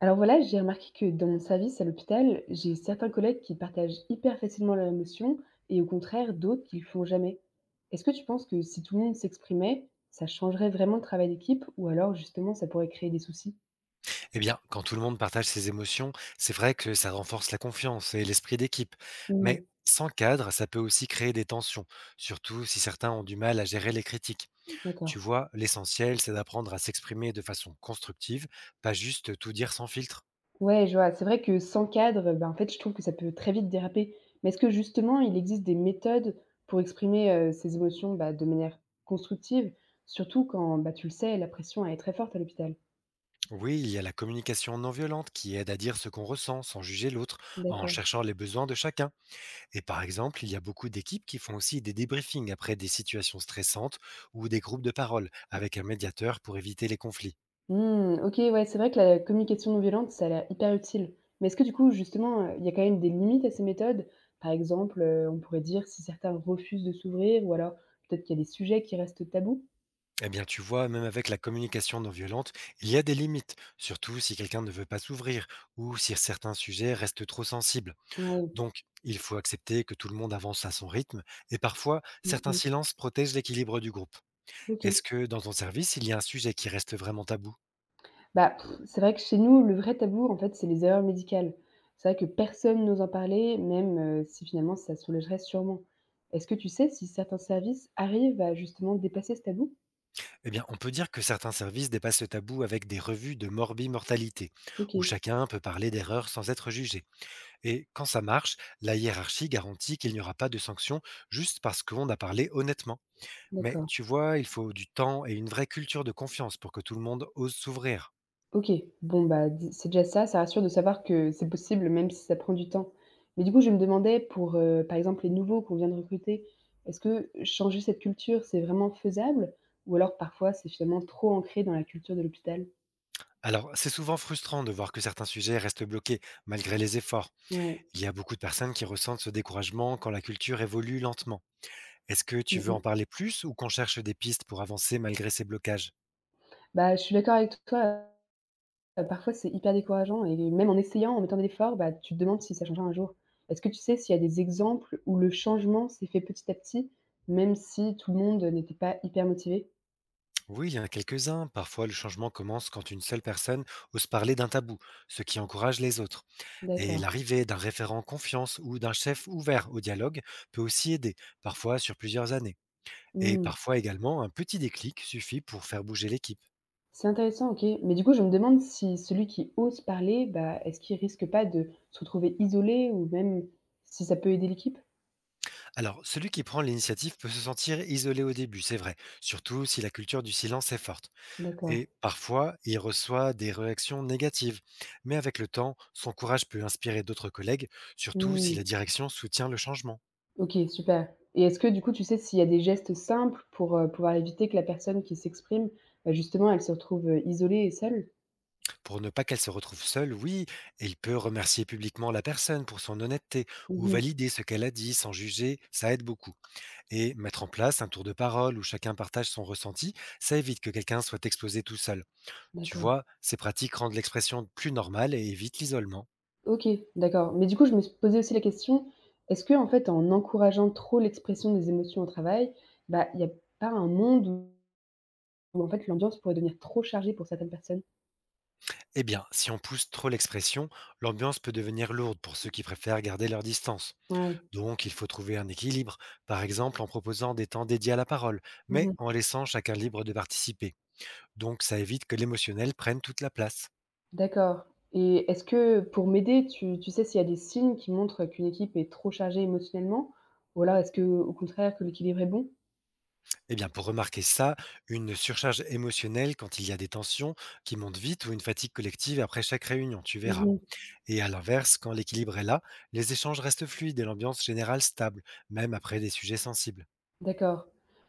Alors voilà, j'ai remarqué que dans mon service à l'hôpital, j'ai certains collègues qui partagent hyper facilement leur émotion et au contraire d'autres qui le font jamais. Est-ce que tu penses que si tout le monde s'exprimait, ça changerait vraiment le travail d'équipe ou alors justement ça pourrait créer des soucis? Eh bien, quand tout le monde partage ses émotions, c'est vrai que ça renforce la confiance et l'esprit d'équipe. Mais Mhm. sans cadre, ça peut aussi créer des tensions, surtout si certains ont du mal à gérer les critiques. Tu D'accord. vois, l'essentiel, c'est d'apprendre à s'exprimer de façon constructive, pas juste tout dire sans filtre. Ouais, je vois. C'est vrai que sans cadre, ben, en fait, je trouve que ça peut très vite déraper. Mais est-ce que justement, il existe des méthodes pour exprimer ses émotions bah, de manière constructive, surtout quand bah, tu le sais, la pression elle est très forte à l'hôpital? Oui, il y a la communication non violente qui aide à dire ce qu'on ressent sans juger l'autre, en D'accord. cherchant les besoins de chacun. Et par exemple, il y a beaucoup d'équipes qui font aussi des débriefings après des situations stressantes ou des groupes de parole avec un médiateur pour éviter les conflits. Mmh, OK, ouais, c'est vrai que la communication non violente, ça a l'air hyper utile. Mais est-ce que du coup, justement, il y a quand même des limites à ces méthodes? Par exemple, on pourrait dire si certains refusent de s'ouvrir ou alors peut-être qu'il y a des sujets qui restent tabous? Eh bien, tu vois, même avec la communication non violente, il y a des limites, surtout si quelqu'un ne veut pas s'ouvrir ou si certains sujets restent trop sensibles. Ouais, Donc, il faut accepter que tout le monde avance à son rythme et parfois, mmh certains mh. silences protègent l'équilibre du groupe. OK. Est-ce que dans ton service, il y a un sujet qui reste vraiment tabou? Bah, pff, c'est vrai que chez nous, le vrai tabou, en fait, c'est les erreurs médicales. C'est vrai que personne n'ose en parler, même, si finalement ça soulagerait sûrement. Est-ce que tu sais si certains services arrivent à justement dépasser ce tabou? Eh bien, on peut dire que certains services dépassent le tabou avec des revues de morbi-mortalité, où OK, chacun peut parler d'erreurs sans être jugé. Et quand ça marche, la hiérarchie garantit qu'il n'y aura pas de sanctions juste parce qu'on a parlé honnêtement. Mais d'accord. tu vois, il faut du temps et une vraie culture de confiance pour que tout le monde ose s'ouvrir. OK, bon, bah, d c'est déjà ça, ça rassure de savoir que c'est possible même si ça prend du temps. Mais du coup, je me demandais pour, par exemple, les nouveaux qu'on vient de recruter, est-ce que changer cette culture, c'est vraiment faisable? Ou alors parfois, c'est finalement trop ancré dans la culture de l'hôpital? Alors, c'est souvent frustrant de voir que certains sujets restent bloqués malgré les efforts. Ouais. Il y a beaucoup de personnes qui ressentent ce découragement quand la culture évolue lentement. Est-ce que tu Mmh veux en mh. parler plus ou qu'on cherche des pistes pour avancer malgré ces blocages? Bah, je suis d'accord avec toi, parfois c'est hyper décourageant et même en essayant, en mettant de l'effort, bah, tu te demandes si ça changera un jour. Est-ce que tu sais s'il y a des exemples où le changement s'est fait petit à petit, même si tout le monde, n'était pas hyper motivé? Oui, il y en a quelques-uns. Parfois, le changement commence quand une seule personne ose parler d'un tabou, ce qui encourage les autres. Et D'accord. l'arrivée d'un référent confiance ou d'un chef ouvert au dialogue peut aussi aider, parfois sur plusieurs années. Et Mmh. parfois également, un petit déclic suffit pour faire bouger l'équipe. C'est intéressant, OK. Mais du coup, je me demande si celui qui ose parler, bah, est-ce qu'il risque pas de se retrouver isolé ou même si ça peut aider l'équipe? Alors, celui qui prend l'initiative peut se sentir isolé au début, c'est vrai, surtout si la culture du silence est forte. D'accord. Et parfois, il reçoit des réactions négatives. Mais avec le temps, son courage peut inspirer d'autres collègues, surtout si la Mmh. direction soutient le changement. OK, super. Et est-ce que du coup, tu sais s'il y a des gestes simples pour, pouvoir éviter que la personne qui s'exprime, bah, justement, elle se retrouve, isolée et seule? Pour ne pas qu'elle se retrouve seule, oui, il peut remercier publiquement la personne pour son honnêteté ou Mmh. valider ce qu'elle a dit sans juger, ça aide beaucoup. Et mettre en place un tour de parole où chacun partage son ressenti, ça évite que quelqu'un soit exposé tout seul. Tu D'accord. vois, ces pratiques rendent l'expression plus normale et évitent l'isolement. OK, d'accord. Mais du coup, je me suis posais aussi la question, est-ce que en fait, en encourageant trop l'expression des émotions au travail, bah, il n'y a pas un monde où en fait l'ambiance pourrait devenir trop chargée pour certaines personnes? Eh bien, si on pousse trop l'expression, l'ambiance peut devenir lourde pour ceux qui préfèrent garder leur distance. Ouais. Donc, il faut trouver un équilibre, par exemple en proposant des temps dédiés à la parole, Mmh mais mh. en laissant chacun libre de participer. Donc, ça évite que l'émotionnel prenne toute la place. D'accord, et est-ce que pour m'aider, tu sais s'il y a des signes qui montrent qu'une équipe est trop chargée émotionnellement? Ou alors est-ce qu'au contraire que l'équilibre est bon? Eh bien, pour remarquer ça, une surcharge émotionnelle quand il y a des tensions qui montent vite ou une fatigue collective après chaque réunion, tu verras. Mmh mh. Et à l'inverse, quand l'équilibre est là, les échanges restent fluides et l'ambiance générale stable, même après des sujets sensibles. D'accord.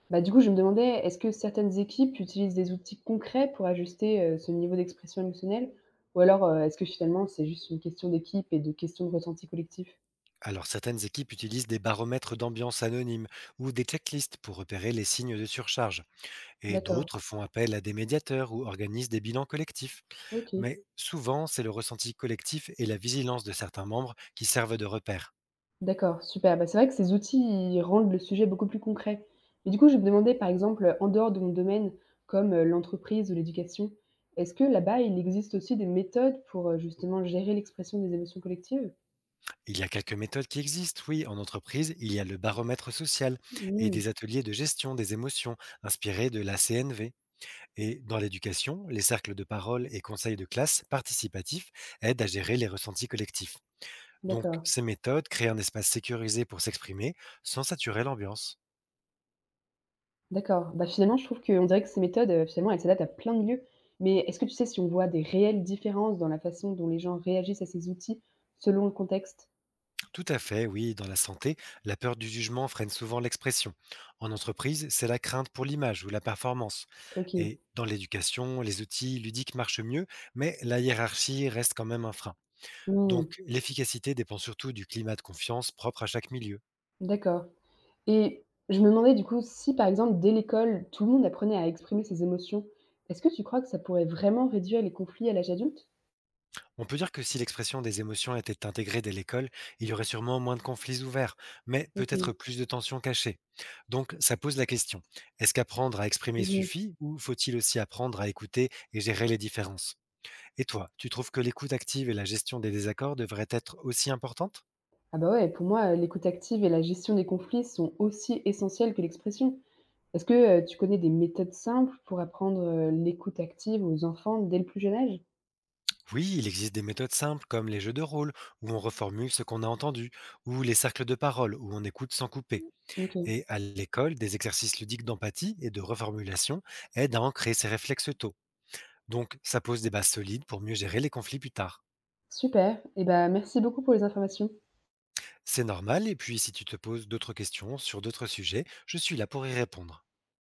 Bah, du coup, je me demandais, est-ce que certaines équipes utilisent des outils concrets pour ajuster, ce niveau d'expression émotionnelle? Ou alors, est-ce que finalement c'est juste une question d'équipe et de question de ressenti collectif? Alors certaines équipes utilisent des baromètres d'ambiance anonymes ou des checklists pour repérer les signes de surcharge, et D'accord, d'autres font appel à des médiateurs ou organisent des bilans collectifs. OK. Mais souvent, c'est le ressenti collectif et la vigilance de certains membres qui servent de repères. D'accord, super. Bah, c'est vrai que ces outils, ils rendent le sujet beaucoup plus concret. Mais du coup, je me demandais, par exemple, en dehors de mon domaine, comme, l'entreprise ou l'éducation, est-ce que là-bas, il existe aussi des méthodes pour, justement gérer l'expression des émotions collectives? Il y a quelques méthodes qui existent, oui. En entreprise, il y a le baromètre social et Mmh, des ateliers de gestion des émotions inspirés de la CNV. Et dans l'éducation, les cercles de parole et conseils de classe participatifs aident à gérer les ressentis collectifs. Donc, d'accord, ces méthodes créent un espace sécurisé pour s'exprimer sans saturer l'ambiance. d'accord. Bah, finalement, je trouve qu'on dirait que ces méthodes, finalement, elles s'adaptent à plein de lieux. Mais est-ce que tu sais si on voit des réelles différences dans la façon dont les gens réagissent à ces outils selon le contexte? Tout à fait, oui. Dans la santé, la peur du jugement freine souvent l'expression. En entreprise, c'est la crainte pour l'image ou la performance. OK. Et dans l'éducation, les outils ludiques marchent mieux, mais la hiérarchie reste quand même un frein. Mmh, Donc l'efficacité dépend surtout du climat de confiance propre à chaque milieu. d'accord. Et je me demandais du coup si, par exemple, dès l'école, tout le monde apprenait à exprimer ses émotions, est-ce que tu crois que ça pourrait vraiment réduire les conflits à l'âge adulte? On peut dire que si l'expression des émotions était intégrée dès l'école, il y aurait sûrement moins de conflits ouverts, mais OK. peut-être plus de tensions cachées. Donc ça pose la question, est-ce qu'apprendre à exprimer Mmh. suffit ou faut-il aussi apprendre à écouter et gérer les différences? Et toi, tu trouves que l'écoute active et la gestion des désaccords devraient être aussi importantes? Ah bah ouais, pour moi, l'écoute active et la gestion des conflits sont aussi essentielles que l'expression. Est-ce que, tu connais des méthodes simples pour apprendre, l'écoute active aux enfants dès le plus jeune âge? Oui, il existe des méthodes simples comme les jeux de rôle, où on reformule ce qu'on a entendu, ou les cercles de parole, où on écoute sans couper. OK, Et à l'école, des exercices ludiques d'empathie et de reformulation aident à ancrer ces réflexes tôt. Donc, ça pose des bases solides pour mieux gérer les conflits plus tard. super. Et bah, merci beaucoup pour les informations. C'est normal, et puis si tu te poses d'autres questions sur d'autres sujets, je suis là pour y répondre.